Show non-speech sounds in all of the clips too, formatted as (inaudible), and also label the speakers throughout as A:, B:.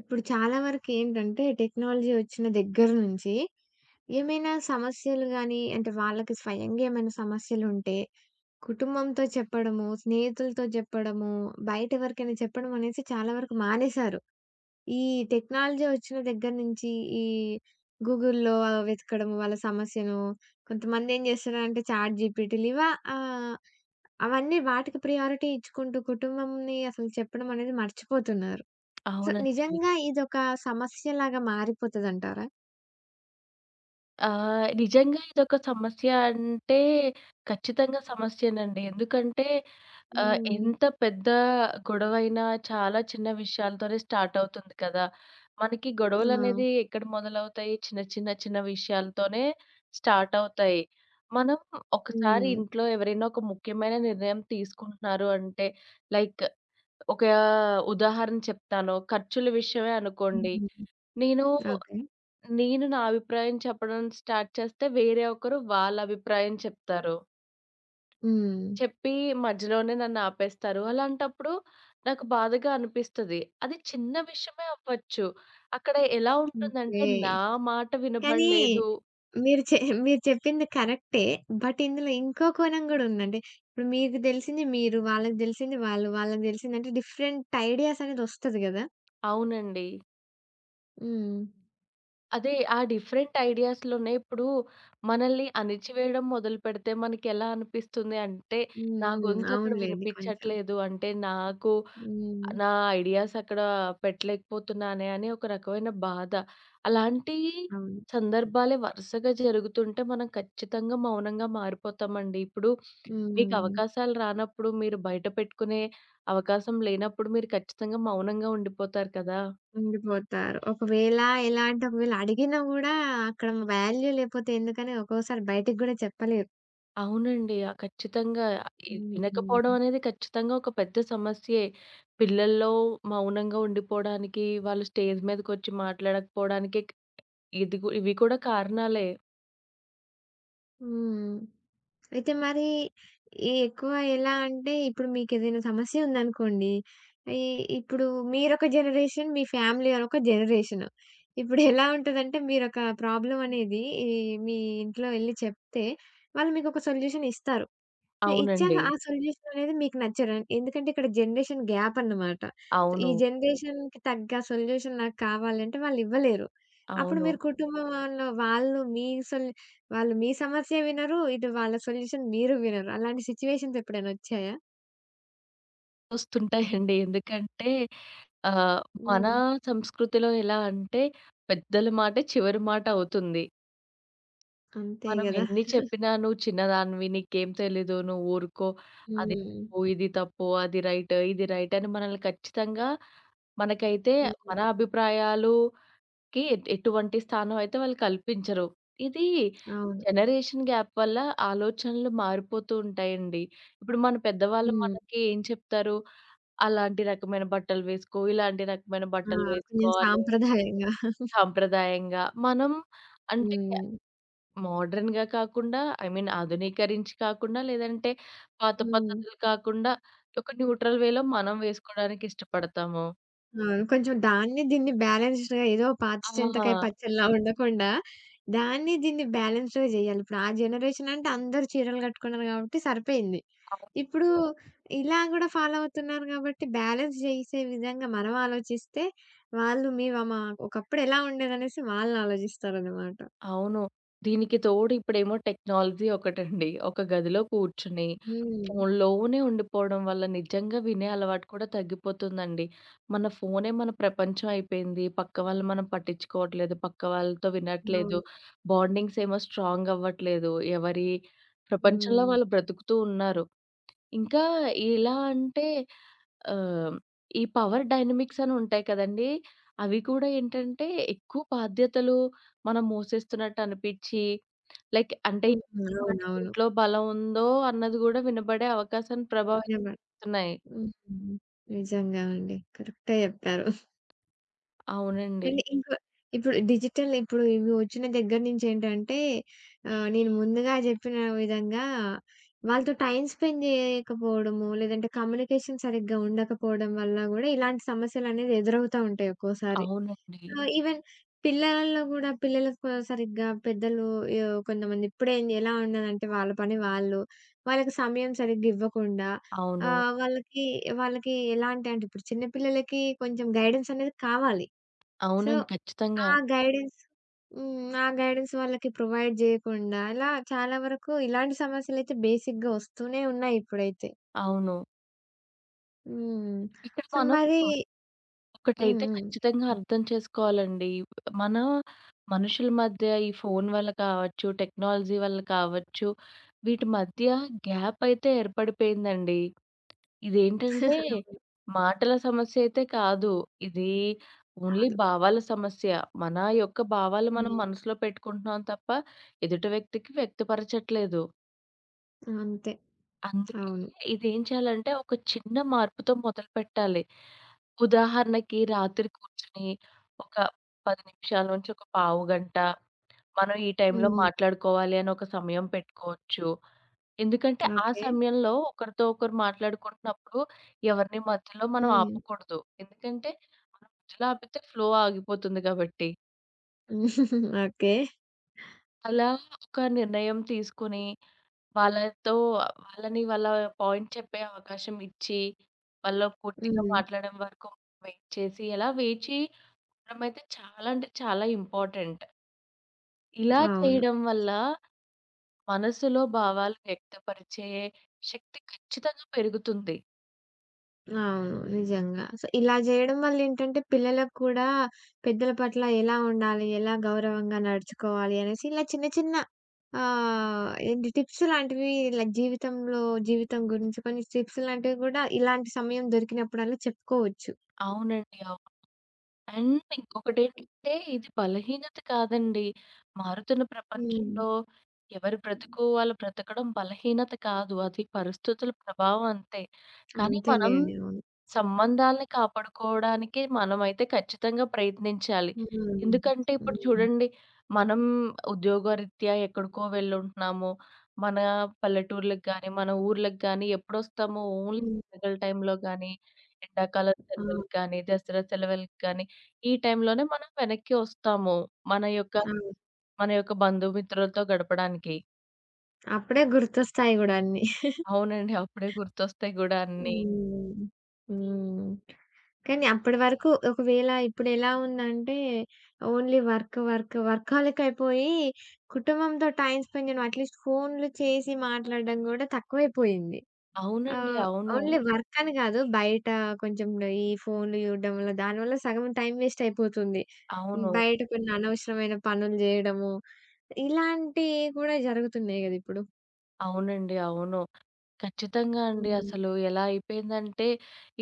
A: ఇప్పుడు చాలా వరకేంటంటే, టెక్నాలజీ వచ్చిన దగ్గర నుంచి, ఏమైనా సమస్యలు గానీ, అంటే వాళ్ళకి స్వయంగా ఏమైనా సమస్యలుంటే, కుటుంబంతో చెప్పడము, స్నేహితులతో చెప్పడము, బయటెవరికైనా చెప్పడం అనేసి చాలా వరకు మానేశారు. ఈ టెక్నాలజీ వచ్చిన దగ్గర నుంచి, ఈ గూగుల్‌లో వెతకడము వాళ్ళ సమస్యను, కొంతమందేం చేస్తున్నారంటే చాట్ జీపీటీలు ఆహ్, అవన్నీ వాటికి ప్రియారిటీ ఇచ్చుకుంటూ, కుటుంబంని అసలు చెప్పడం అనేది మర్చిపోతున్నారు. సో,
B: అవునండి.
A: నిజంగా ఇదొక సమస్యలాగా మారిపోతదంటారా?
B: నిజంగా ఇదొక సమస్య అంటే ఖచ్చితంగా సమస్యేనండి. ఎందుకంటే
A: హ్మ్.
B: ఎంత పెద్ద గొడవైనా చాలా చిన్న విషయాలతోనే స్టార్ట్ అవుతుంది కదా! మనకి
A: ఆ!
B: గొడవలనేది ఎక్కడ మొదలవుతాయి? చిన్న, చిన్న, చిన్న విషయాలతోనే స్టార్ట్ అవుతాయి. మనం ఒకసారి
A: హ్మ్.
B: ఇంట్లో ఎవరైనా ఒక ముఖ్యమైన నిర్ణయం తీసుకుంటున్నారు అంటే లైక్ ఒక ఉదాహరణ చెప్తాను. ఖర్చుల విషయమే అనుకోండి.
A: హ్మ్.
B: నేను
A: ఓకే.
B: నేను నా అభిప్రాయం చెప్పడం స్టార్ట్ చేస్తే వేరే ఒకరు వాళ్ళ అభిప్రాయం చెప్తారు.
A: హ్మ్.
B: చెప్పి మధ్యలోనే నన్ను ఆపేస్తారు. అలాంటప్పుడు నాకు బాధగా అనిపిస్తది. అది చిన్న విషయమే అవ్వచ్చు. అక్కడ ఎలా ఉంటుందంటే
A: ఓకే.
B: నా మాట
A: కానీ
B: వినబడలేదు.
A: మీరు చె మీరు చెప్పింది కరెక్టే. బట్ ఇందులో ఇంకో కోణం గూడా ఉందండి. ఇప్పుడు మీకు దెలిసింది మీరు, వాళ్ళకి దెలిసింది వాళ్ళు, వాళ్ళకి దెలిసిందంటే డిఫరెంట్ ఐడియాస్ అనేదొస్తది గదా!
B: అవునండి.
A: హ్మ్.
B: అదే ఆ డిఫరెంట్ ఐడియాస్‌లోనే ఇప్పుడు మనల్ని అణిచివేయడం మొదలుపెడితే మనకెలా అనిపిస్తుంది అంటే,
A: హ్మ్.
B: నా
A: హ్మ్.
B: గొంతు అక్కడ
A: అవునులెండి కొంచెం.
B: వినిపించట్లేదు అంటే నాకు
A: హ్మ్.
B: నా ఐడియాస్ అక్కడ పెట్టలేకపోతున్నానే అని ఒక రకమైన బాధ. అలాంటి
A: అవును.
B: సందర్భాలే వరుసగా జరుగుతుంటే మనం ఖచ్చితంగా మౌనంగా మారిపోతామండి. ఇప్పుడు మీకు
A: హ్మ్.
B: అవకాశాలు రానప్పుడు, మీరు బయట పెట్టుకునే అవకాశం లేనప్పుడు మీరు ఖచ్చితంగా మౌనంగా ఉండిపోతారు కదా!
A: ఉండిపోతారు. ఒకవేళ ఎలా అంటే ఒకవేళ అడిగినా గూడా అక్కడ వాల్యూ లేపోతే ఎందుకని ఒక్కోసారి బయటికి గూడా చెప్పలేరు.
B: అవునండి. ఆ! ఖచ్చితంగా. ఇ
A: హుహు.
B: వినకపోవడం అనేది ఖచ్చితంగా ఒక పెద్ద సమస్యే. పిల్లల్లో మౌనంగా ఉండిపోవడానికి, వాళ్ళు స్టేజ్ మీదకొచ్చి మాట్లాడకపోవడానికి ఇదిగు ఇవి కూడా కారణాలే.
A: హ్మ్. అయితే మరి ఈ ఎక్కువ ఎలా అంటే ఇప్పుడు మీకేదైనా సమస్య ఉందనుకోండి. ఈ ఇప్పుడు మీరొక జనరేషన్, మీ ఫ్యామిలీ ఒక జనరేషన్. ఇప్పుడెలా ఉంటదంటే మీరొక ప్రాబ్లమ్ అనేది ఈ మీ ఇంట్లో ఎళ్లి చెప్తే వాళ్ళు మీకొక సొల్యూషన్ ఇస్తారు. ఇచ్చాక
B: అవునండి.
A: ఆ సొల్యూషన్ అనేది మీకు నచ్చడండి. ఎందుకంటే ఇక్కడ జనరేషన్ గ్యాప్ అన్నమాట. సో, ఈ
B: అవును.
A: జనరేషన్‌కి తగ్గ సొల్యూషన్ నాకు కావాలంటే వాళ్ళు ఇవ్వలేరు. అప్పుడు
B: అవును.
A: మీరు కుటుంబం వాళ్ళు వాళ్ళు మీ సొల్ వాళ్ళు మీ సమస్య వినరు. ఇటు వాళ్ళ సొల్యూషన్ మీరు వినరు. అలాంటి సిట్యుయేషన్స్ ఎప్పుడైనా వచ్చాయా?
B: వస్తుంటాయండి. ఎందుకంటే ఆహ్, మన
A: హ్మ్.
B: సంస్కృతిలో ఎలా అంటే పెద్దల మాటే చివరి మాట అవుతుంది.
A: అంతే
B: మనం
A: గదా!
B: ఎన్ని చెప్పినా "నువ్వు చిన్నదానివి, నీకేం తెలీదు, నువ్వు ఊరుకో, అది
A: హ్మ్.
B: తప్పు, ఇది తప్పు, అది రైట్, ఇది రైట్" అని మనల్ని ఖచ్చితంగా మనకైతే
A: హ్మ్.
B: మన అభిప్రాయాలు కి ఎట్ ఎటువంటి స్థానం అయితే వాళ్ళు కల్పించరు. ఇది
A: అవును.
B: జనరేషన్ గ్యాప్ వల్ల ఆలోచనలు మారిపోతూ ఉంటాయండి. ఇప్పుడు మన పెద్దవాళ్ళు
A: హ్మ్.
B: మనకి ఏం చెప్తారు? అలాంటి రకమైన బట్టలు వేసుకో, ఇలాంటి రకమైన
A: ఆ!
B: బట్టలు వేసుకో
A: కొంచెం
B: అని
A: సాంప్రదాయంగా.
B: సాంప్రదాయంగా. మనం అంటే
A: హ్మ్.
B: మోడర్న్‌గా కాకుండా ఐ మీన్ ఆధునీకరించి కాకుండా లేదంటే పాత
A: హ్మ్.
B: పద్ధతులు కాకుండా ఒక న్యూట్రల్ వేలో మనం వేసుకోవడానికి ఇష్టపడతాము.
A: అవును. కొంచెం దాన్ని దీన్ని బ్యాలెన్స్‌డ్‌గా ఏదో పాత
B: ఆ!
A: చింతకాయ పచ్చడిలా ఉండకుండా, దాన్ని దీన్ని బ్యాలెన్స్‌డ్‌గా జేయాలి. ఇప్పుడు ఆ జనరేషన్ అంటే అందరూ చీరలు గట్టుకున్నారు గాబట్టి సరిపోయింది. ఇప్పుడు
B: అవునండి.
A: ఇలా గూడా ఫాలో అవుతున్నారు గాబట్టి, బ్యాలెన్స్ జేసే విధంగా మనం ఆలోచిస్తే, వాళ్ళు మీవ మా ఒకప్పుడు ఎలా ఉండేదనేసి వాళ్ళు ఆలోజిస్తారనమాట.
B: అవును. దీనికి తోడు ఇప్పుడేమో టెక్నాలజీ ఒకటండి. ఒక గదిలో కూర్చొని
A: హ్మ్.
B: ఫోన్‌లోనే ఉండిపోవడం వల్ల నిజంగా వినే అలవాటు కూడా తగ్గిపోతుందండి. మన ఫోనే మన ప్రపంచం అయిపోయింది. పక్క వాళ్ళని మనం పట్టించుకోవట్లేదు. పక్క వాళ్ళతో వినట్లేదు.
A: అవును.
B: బాండింగ్స్ ఏమో స్ట్రాంగ్ అవ్వట్లేదు. ఎవరి ప్రపంచంలో
A: హ్మ్.
B: వాళ్ళు బ్రతుకుతూ ఉన్నారు. ఇంకా ఎలా అంటే ఆహ్, ఈ పవర్ డైనమిక్స్ అని ఉంటాయి కదండీ! అవి కూడా ఏంటంటే ఎక్కువ బాధ్యతలు మనం మోసేస్తున్నట్టు అనిపిచ్చి లైక్ అంటే
A: హ్మ్.
B: మాటకి
A: అవునవును.
B: ఇంట్లో బలం ఉందో అన్నది కూడా వినబడే అవకాశాన్ని ప్రభావితం
A: నిజమే.
B: చేస్తున్నాయి.
A: హ్మ్. నిజంగా అండి. కరెక్టే జెప్పారు.
B: అవునండి.
A: అంటే ఇంకా ఇప్పుడు ఇవి వచ్చిన దగ్గర నుంచి ఏంటంటే నేను ముందుగా జెప్పిన విధంగా వాళ్ళతో టైమ్ స్పెండ్ జేయకపోవడము, లేదంటే కమ్యూనికేషన్ సరిగ్గా ఉండకపోవడం వల్ల గూడా ఇలాంటి సమస్యలనేవి ఎదురవుతా ఉంటాయి ఒక్కోసారి.
B: అవునండి.
A: ఈవెన్ పిల్లలలో గూడా పిల్లలకు సరిగ్గా పెద్దలు కొంతమంది ఇప్పుడే ఎలా ఉన్నదంటే వాళ్ళ పని వాళ్ళు. వాళ్ళకి సమయం సరిగ్గా ఇవ్వకుండా
B: అవును.
A: ఆహ్, వాళ్ళకి వాళ్ళకి ఎలాంటి అంటే ఇప్పుడు చిన్న పిల్లలకి కొంచెం గైడెన్స్ అనేది కావాలి. సో,
B: అవునండి. ఖచ్చితంగా.
A: ఆ గైడెన్స్ హ్మ్. ఆ గైడెన్స్ వాళ్ళకి ప్రొవైడ్ జేయకుండా, ఇలా చాలా వరకు ఇలాంటి సమస్యలైతే బేసిక్‌గా వస్తూనే ఉన్నాయి ఇప్పుడైతే.
B: అవును.
A: హ్మ్.
B: ఇక్కడ
A: సో,
B: మనం
A: మరి హ్మ్.
B: ఒకటైతే
A: హ్మ్.
B: ఖచ్చితంగా
A: చెప్పండి.
B: అర్థం చేసుకోవాలండి. మన మనుషుల మధ్య ఈ ఫోను వల్ల కావచ్చు, టెక్నాలజీ వల్ల కావచ్చు, వీటి మధ్య గ్యాప్ అయితే ఏర్పడిపోయిందండి. ఇదేంటంటే
A: (laughs) అవును.
B: మాటల సమస్య అయితే కాదు. ఇది ఓన్లీ
A: కాదు.
B: భావాల సమస్య. మన యొక్క భావాలు మనం
A: హ్మ్.
B: మనసులో పెట్టుకుంటున్నాం తప్ప, ఎదుటి వ్యక్తికి వ్యక్తపరచట్లేదు.
A: అంతే.
B: అందుకే
A: అవును.
B: ఇదేం చేయాలంటే, ఒక చిన్న మార్పుతో మొదలుపెట్టాలి. ఉదాహరణకి రాత్రి కూర్చొని ఒక 10 నిమిషాల నుంచి ఒక పావుగంట మనం ఈ టైంలో
A: హ్మ్.
B: మాట్లాడుకోవాలి అని ఒక సమయం పెట్టుకోవచ్చు. ఎందుకంటే ఆ
A: ఓకే.
B: సమయంలో ఒకరితో ఒకరు మాట్లాడుకుంటున్నప్పుడు ఎవరిని మధ్యలో మనం
A: హ్మ్.
B: ఆపకూడదు. ఎందుకంటే మనం మధ్యలో ఆపితే ఫ్లో ఆగిపోతుంది కాబట్టి.
A: (laughs) ఓకే.
B: అలా ఒక నిర్ణయం తీసుకొని వాళ్ళతో వాళ్ళని వాళ్ళ పాయింట్ చెప్పే అవకాశం ఇచ్చి, వాళ్ళు పూర్తిగా
A: హ్మ్.
B: మాట్లాడడం వరకు వెయిట్ చేసి, అలా వేచి ఉండడమైతే చాలా అంటే చాలా ఇంపార్టెంట్. ఇలా
A: అవును.
B: చేయడం వల్ల మనసులో భావాలు వ్యక్తపరిచే శక్తి ఖచ్చితంగా పెరుగుతుంది.
A: అవును. నిజంగా. సో, ఇలా జేయడం వల్లేంటంటే, పిల్లలకు కూడా పెద్దల పట్ల ఎలా ఉండాలి, ఎలా గౌరవంగా నడుచుకోవాలి అనేసి ఇలా చిన్న చిన్న ఏంటి టిప్స్ లాంటివి ఇలా జీవితంలో జీవితం గురించి కొన్ని టిప్స్ లాంటివి కూడా ఇలాంటి సమయం దొరికినప్పుడల్లా చెప్పుకోవచ్చు.
B: అవునండి. అవును. అండ్ ఇంకొకటేంటంటే ఇది బలహీనత కాదండి. మారుతున్న
A: హ్మ్.
B: ప్రపంచంలో ఎవరి బ్రతుకు వాళ్ళు బ్రతకడం బలహీనత కాదు. అది పరిస్థితుల ప్రభావం అంతే. కానీ మనం
A: అంతేలేండి. అవును.
B: సంబంధాలని కాపాడుకోవడానికి మనమైతే ఖచ్చితంగా ప్రయత్నించాలి.
A: హ్మ్.
B: ఎందుకంటే ఇప్పుడు
A: హ్మ్.
B: చూడండి, మనం ఉద్యోగరీత్యా ఎక్కడికో వెళ్ళుంటున్నాము. మన పల్లెటూర్లకు గాని, మన ఊర్లకు గాని ఎప్పుడొస్తామో ఓన్లీ
A: హ్మ్.
B: పండగల టైంలో గాని, ఎండాకాల సెలవులకి
A: ఆ!
B: గాని, దసరా సెలవులకి గాని, ఈ టైంలోనే మనం వెనక్కి వస్తాము. మన యొక్క
A: అవును.
B: మన యొక్క బంధుమిత్రులతో గడపడానికి.
A: అప్పుడే గుర్తొస్తాయి గూడా అన్నీ.
B: అవునండి. అప్పుడే గుర్తొస్తాయి గూడా అన్నీ.
A: హ్మ్. హ్మ్. కానీ అప్పటి వరకు ఒకవేళ ఇప్పుడెలా ఉందంటే, ఓన్లీ వర్క్, వర్క్, వర్కాహోలిక్ అయిపోయి, కుటుంబంతో టైమ్ స్పెండ్ చేయడం, అట్‌లీస్ట్ ఫోన్‌లు చేసి మాట్లాడడం గూడా తక్కువైపోయింది.
B: అవునండి.
A: ఆహ్,
B: అవును.
A: ఓన్లీ వర్క్ అని గాదు. బయట కొంచెం ఈ ఫోన్‌లు చూడడం వల్ల, దానివల్ల సగం టైం వేస్ట్ అయిపోతుంది.
B: అవును.
A: బయట కొన్ని అనవసరమైన పనులు జేయడము, ఇలాంటియి గూడా జరుగుతున్నాయి గదా! ఇప్పుడు.
B: అవునండి. అవును. ఖచ్చితంగా అండి.
A: హ్మ్.
B: అసలు ఎలా అయిపోయిందంటే,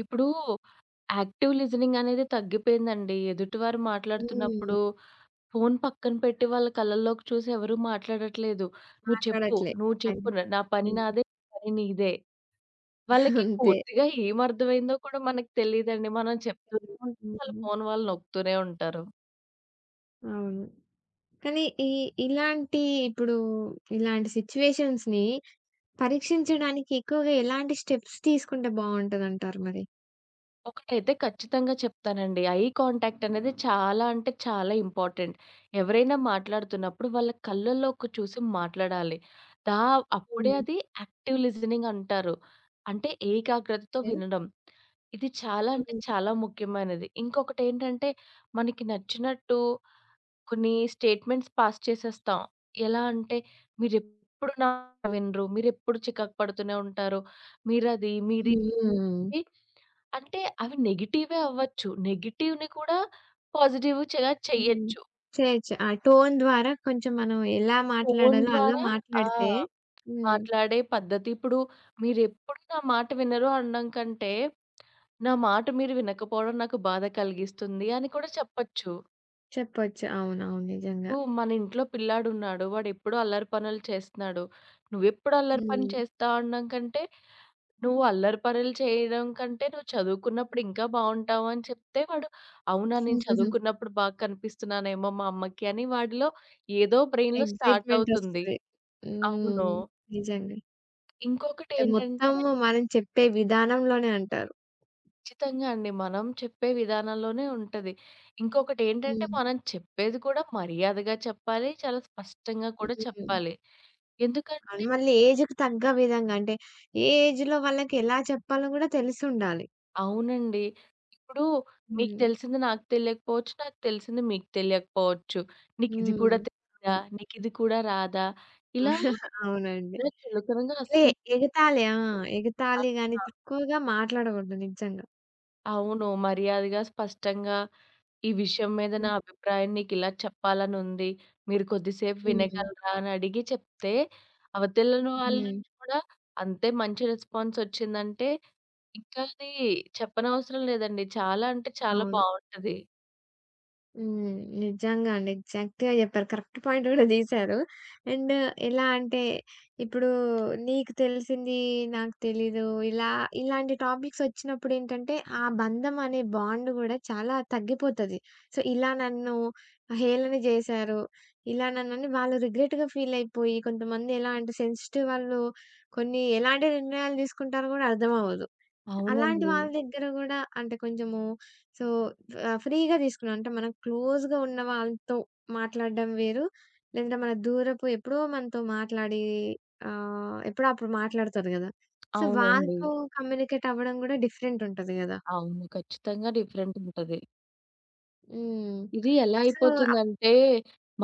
B: ఇప్పుడు యాక్టివ్ లిజనింగ్ అనేది తగ్గిపోయిందండి. ఎదుటివారు
A: హ్మ్.
B: మాట్లాడుతున్నప్పుడు ఫోను పక్కన పెట్టి వాళ్ళ కళ్ళల్లోకి చూసి ఎవరు మాట్లాడట్లేదు. "నువ్వు చెప్పు,
A: మాట్లాడట్లే.
B: నువ్వు
A: అది.
B: చెప్పు. నా పని
A: హ్మ్.
B: నాదే, నీ పని నీదే." వాళ్ళకి
A: అంతే.
B: పూర్తిగా ఏమర్థమైందో కూడా మనకు తెలీదండి. మనం చెప్తూనే ఉంటాం. వాళ్ళు
A: హ్మ్.
B: ఫోను వాళ్ళు నొక్కుతూనే ఉంటారు.
A: అవును. కానీ ఈ ఇలాంటి ఇప్పుడు ఇలాంటి సిట్యుయేషన్స్‌ని పరీక్షించడానికి ఎక్కువగా ఎలాంటి స్టెప్స్ తీసుకుంటే బావుంటదంటారు మరి?
B: ఒకటైతే ఖచ్చితంగా చెప్తానండి. ఐ కాంటాక్ట్ అనేది చాలా అంటే చాలా ఇంపార్టెంట్. ఎవరైనా మాట్లాడుతున్నప్పుడు వాళ్ళ కళ్ళల్లోకి చూసి మాట్లాడాలి. దా అప్పుడే
A: హ్మ్.
B: అది యాక్టివ్ లిజనింగ్ అంటారు. అంటే ఏకాగ్రతతో
A: ఓకే.
B: వినడం. ఇది చాలా అంటే
A: హ్మ్.
B: చాలా ముఖ్యమైనది. ఇంకొకటేంటంటే మనకి నచ్చినట్టు కొన్ని స్టేట్మెంట్స్ పాస్ చేసేస్తాం. ఎలా అంటే మీరెప్పుడు నా మాట వినరు. మీరెప్పుడు చికాకు పడుతూనే ఉంటారు. మీరది మీరిది
A: హ్మ్. హ్మ్.
B: అంటే అవి నెగెటివే అవ్వచ్చు. నెగెటివ్‌ని కూడా పాజిటివ్‌గా
A: హుహు.
B: చెయ్యొచ్చు.
A: చేయొచ్చు. ఆ టోన్ ద్వారా కొంచెం మనం ఎలా
B: ఫోను
A: మాట్లాడాలో అలా
B: ద్వారా
A: హ్మ్.
B: ఆ!
A: మాట్లాడితే హ్మ్.
B: మాట్లాడే పద్ధతి ఇప్పుడు మీరెప్పుడు నా మాట వినరు అనడం కంటే, నా మాట మీరు వినకపోవడం నాకు బాధ కలిగిస్తుంది అని కూడా చెప్పొచ్చు.
A: చెప్పొచ్చు. అవునవును. నిజంగా.
B: ఇప్పుడు మన ఇంట్లో పిల్లాడున్నాడు. వాడెప్పుడూ అల్లరి పనులు చేస్తున్నాడు. నువ్వెప్పుడు అల్లరి పని
A: హ్మ్.
B: చేస్తావు అనడం కంటే నువ్వు అల్లరి పనులు చేయడం కంటే నువ్వు చదువుకున్నప్పుడు ఇంకా బావుంటావు అని చెప్తే వాడు, అవునా! నేను
A: (laughs)
B: చదువుకున్నప్పుడు బాగా కనిపిస్తున్నానేమో మా అమ్మకి అని వాడిలో ఏదో బ్రెయిన్‌లో స్టార్ట్
A: ఎక్సైట్‌మెంట్
B: అవుతుంది.
A: ఒస్తది.
B: అవును.
A: హ్మ్. నిజంగా. అంటే
B: ఇంకొకటేంటంటే
A: మొత్తము మనం చెప్పే విధానంలోనే అంటారు.
B: ఖచ్చితంగా అండి. మనం చెప్పే విధానంలోనే ఉంటది. ఇంకొకటేంటంటే
A: హ్మ్.
B: మనం చెప్పేది కూడా మర్యాదగా చెప్పాలి. చాలా స్పష్టంగా కూడా
A: హ్మ్.
B: చెప్పాలి. ఎందుకంటే
A: అవును. మళ్ళీ ఏజ్‌కి తగ్గ విధంగా అంటే, ఏ ఏజ్‌లో వాళ్ళకెలా చెప్పాలో గూడా తెలిసుండాలి.
B: అవునండి. ఇప్పుడు మీకు
A: హ్మ్.
B: తెలిసింది నాకు తెలియకపోవచ్చు. నాకు తెలిసింది మీకు తెలియకపోవచ్చు. నీకిది కూడా
A: హ్మ్.
B: తెలీదా?
A: అవును.
B: నీకిది కూడా రాదా? ఇలా
A: (laughs) అవునండి.
B: ఇలా చులకనగా
A: లే
B: అస్సలు
A: ఎగతాళి ఆ!
B: ఆ!
A: ఎగతాళి గాని, తక్కువగా మాట్లాడగూడదు నిజంగా.
B: అవును. మర్యాదగా, స్పష్టంగా ఈ విషయం మీద నా
A: హ్మ్.
B: అభిప్రాయం నీకిలా చెప్పాలనుంది. మీరు కొద్దిసేపు
A: హ్మ్.
B: వినగలరా అని అడిగి చెప్తే, అవతలని
A: హ్మ్.
B: వాళ్ళ
A: హ్మ్.
B: నుంచి కూడా అంతే మంచి రెస్పాన్స్ వచ్చిందంటే, ఇంకా అది చెప్పనవసరం లేదండి. చాలా అంటే చాలా
A: అవును.
B: బావుంటది.
A: హ్మ్. నిజంగా అండి. ఎగ్జాక్ట్‌గా జెప్పారు. కరెక్ట్ పాయింట్ గూడా తీశారు. అండ్ ఎలా అంటే, ఇప్పుడు నీకు తెలిసింది నాకు తెలీదు. ఇలా ఇలాంటి టాపిక్స్ వచ్చినప్పుడేంటంటే, ఆ బంధం అనే బాండ్ గూడా చాలా తగ్గిపోతది. సో, ఇలా నన్ను హేళన జేశారు. ఇలా నన్నని వాళ్ళు రిగ్రెట్‌గా ఫీల్ అయిపోయి కొంతమంది ఎలా అంటే సెన్సిటివ్ వాళ్ళు కొన్ని ఎలాంటి నిర్ణయాలు తీసుకుంటారో గూడా అర్థమవ్వదు. అలాంటి
B: అవునండి.
A: వాళ్ళ దగ్గర గూడా అంటే కొంచెము సో, ఫ్రీగా తీసుకున్నాం. అంటే మనం క్లోజ్‌గా ఉన్న వాళ్ళతో మాట్లాడడం వేరు. లేదంటే మన దూరపు ఎప్పుడో మనతో మాట్లాడి ఎప్పుడో అప్పుడు మాట్లాడతారు గదా! సో,
B: అవునండి.
A: వాళ్ళతో కమ్యూనికేట్ అవ్వడం గూడా డిఫరెంట్ ఉంటది గదా!
B: అవును. ఖచ్చితంగా డిఫరెంట్ ఉంటది.
A: హ్మ్.
B: ఇది ఎలా
A: సో, అప్
B: అయిపోతుందంటే,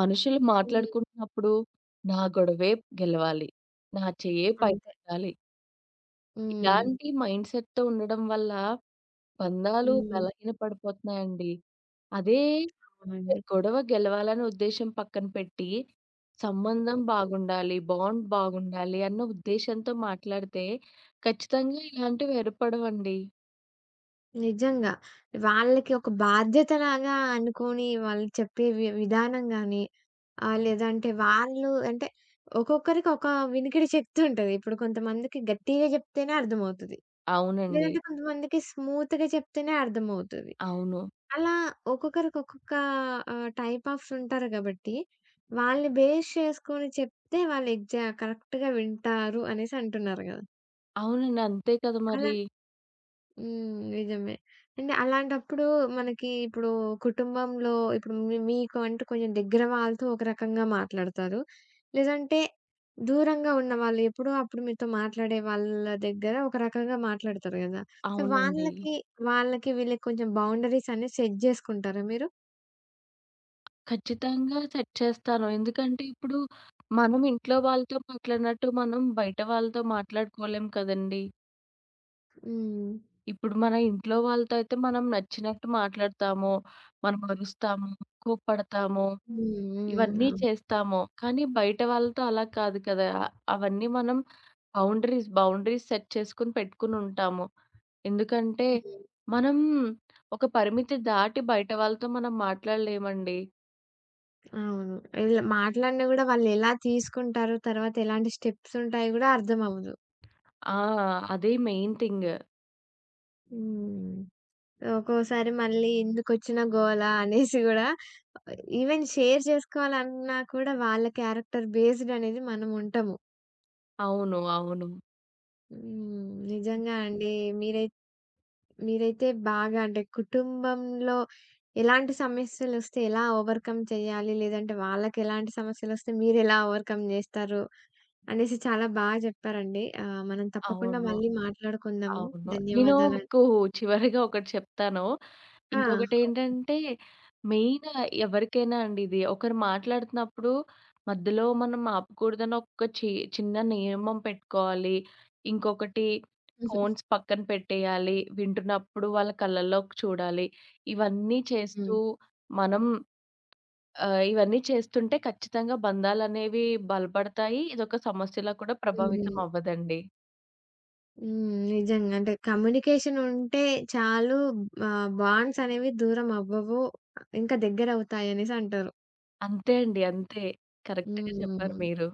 B: మనుషులు
A: హ్మ్.
B: మాట్లాడుకుంటున్నప్పుడు నా గొడవే గెలవాలి. నా చెయ్యే
A: అంతే.
B: పైకెత్తాలి.
A: హ్మ్.
B: ఇలాంటి మైండ్ సెట్‌తో ఉండడం వల్ల బంధాలు
A: హ్మ్.
B: బలహీన పడిపోతున్నాయండి. అదే
A: అవునండి.
B: గొడవ గెలవాలనే ఉద్దేశ్యం పక్కన పెట్టి, సంబంధం బాగుండాలి, బాండ్ బాగుండాలి అన్న ఉద్దేశ్యంతో మాట్లాడితే ఖచ్చితంగా ఇలాంటివి ఏర్పడవండి.
A: నిజంగా. వాళ్ళకి ఒక బాధ్యతలాగా అనుకోని వాళ్ళు చెప్పే విధానం గాని ఆ! లేదంటే వాళ్ళు అంటే ఒక్కొక్కరికి ఒక వినికిడి శక్తి ఉంటది. ఇప్పుడు కొంతమందికి గట్టిగా చెప్తేనే అర్థమవుతది.
B: అవునండి.
A: లేదంటే కొంతమందికి స్మూత్‌గా చెప్తేనే అర్థమవుతది.
B: అవును.
A: అలా ఒక్కొక్కరికి ఒక్కొక్క టైప్ ఆఫ్స్ ఉంటారు కాబట్టి, వాళ్ళని బేస్ చేసుకొని చెప్తే వాళ్ళు కరెక్ట్‌గా వింటారు అనేసి అంటున్నారు గదా!
B: అవునండి. అంతే కదా
A: అలా
B: మరి.
A: హ్మ్. నిజమే. అంటే అలాంటప్పుడు మనకి ఇప్పుడు కుటుంబంలో ఇప్పుడు మీకు అంటే కొంచెం దగ్గర వాళ్ళతో ఒక రకంగా మాట్లాడతారు. లేదంటే దూరంగా ఉన్నవాళ్ళు ఎప్పుడో అప్పుడు మీతో మాట్లాడే వాళ్ళ దగ్గర ఒక రకంగా మాట్లాడతారు గదా! సో,
B: అవునండి.
A: వాళ్ళకి వీళ్ళకి కొంచెం బౌండరీస్ అనేది సెట్ జేసుకుంటారా మీరు?
B: ఖచ్చితంగా సెట్ చేస్తాను. ఎందుకంటే ఇప్పుడు మనం ఇంట్లో వాళ్ళతో మాట్లాడినట్టు మనం బయట వాళ్ళతో మాట్లాడుకోలేం కదండీ!
A: హ్మ్.
B: ఇప్పుడు మన ఇంట్లో వాళ్ళతో అయితే మనం నచ్చినట్టు మాట్లాడతాము. మనం అరుస్తాము, కోప్పడతాము,
A: హ్మ్. హ్మ్.
B: ఇవన్నీ
A: అవును.
B: చేస్తాము. కానీ బయట వాళ్ళతో అలా కాదు కదా! అవన్నీ మనం బౌండరీస్ సెట్ చేసుకొని పెట్టుకొనుంటాము. ఎందుకంటే,
A: హ్మ్.
B: మనం ఒక పరిమితి దాటి బయట వాళ్ళతో మనం మాట్లాడలేమండి.
A: అవును. ఇలా మాట్లాడినా గూడా వాళ్ళెలా తీసుకుంటారో, తర్వాత ఎలాంటి స్టెప్స్ ఉంటాయో గూడా అర్థమవ్వదు.
B: ఆ! అదే మెయిన్ థింగ్.
A: హ్మ్. ఒక్కోసారి మళ్ళీ ఎందుకొచ్చిన గోల అనేసి గూడా ఈవెన్ షేర్ చేసుకోవాలన్నా కూడా వాళ్ళ క్యారెక్టర్ బేస్డ్ అనేది మనం ఉంటాము.
B: అవును. అవును.
A: హ్మ్. నిజంగా అండి. మీరై మీరైతే బాగా అంటే కుటుంబంలో ఎలాంటి సమస్యలొస్తే ఎలా ఓవర్‌కమ్ చేయాలి? లేదంటే వాళ్ళకెలాంటి సమస్యలొస్తే మీరెలా ఓవర్‌కమ్ జేస్తారు? అనేసి చాలా బా జెప్పారండి. మనం తప్పకుండా
B: అవును.
A: మళ్ళీ మాట్లాడుకుందాము.
B: అవును. నేను
A: ధన్యవాదాలండి.
B: మీకు చివరిగా ఒకటి చెప్తాను.
A: ఆ!
B: ఇంకొకటేంటంటే, మెయిన్ ఎవరికైనా అండి ఇది. ఒకరు మాట్లాడుతున్నప్పుడు మధ్యలో మనం ఆపకూడదని ఒక చిన్న నియమం పెట్టుకోవాలి. ఇంకొకటి
A: (laughs) ఓకే.
B: ఫోన్స్ పక్కన పెట్టేయాలి. వింటున్నప్పుడు వాళ్ళ కళ్ళల్లోకి చూడాలి. ఇవన్నీ చేస్తూ
A: హ్మ్.
B: మనం ఇవన్నీ చేస్తుంటే ఖచ్చితంగా బంధాలనేవి బలపడతాయి. ఇదొక సమస్యలా కూడా ప్రభావితం
A: హ్మ్.
B: అవ్వదండి.
A: హ్మ్. నిజంగా. అంటే కమ్యూనికేషన్ ఉంటే చాలు బాండ్స్ అనేవి దూరం అవ్వవు. ఇంకా దగ్గరవుతాయనేసి అంటారు.
B: అంతే అండి. అంతే. కరెక్ట్‌గా చెప్పారు
A: హ్మ్. (laughs)
B: మీరు.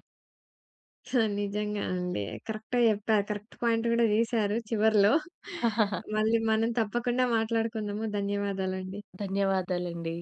A: నిజంగా అండి. కరెక్ట్‌గా చెప్పారు. కరెక్ట్ పాయింట్ కూడా తీశారు చివర్లో.
B: (laughs)
A: మళ్ళీ మనం తప్పకుండా మాట్లాడుకుందాము. ధన్యవాదాలండి.
B: ధన్యవాదాలండి.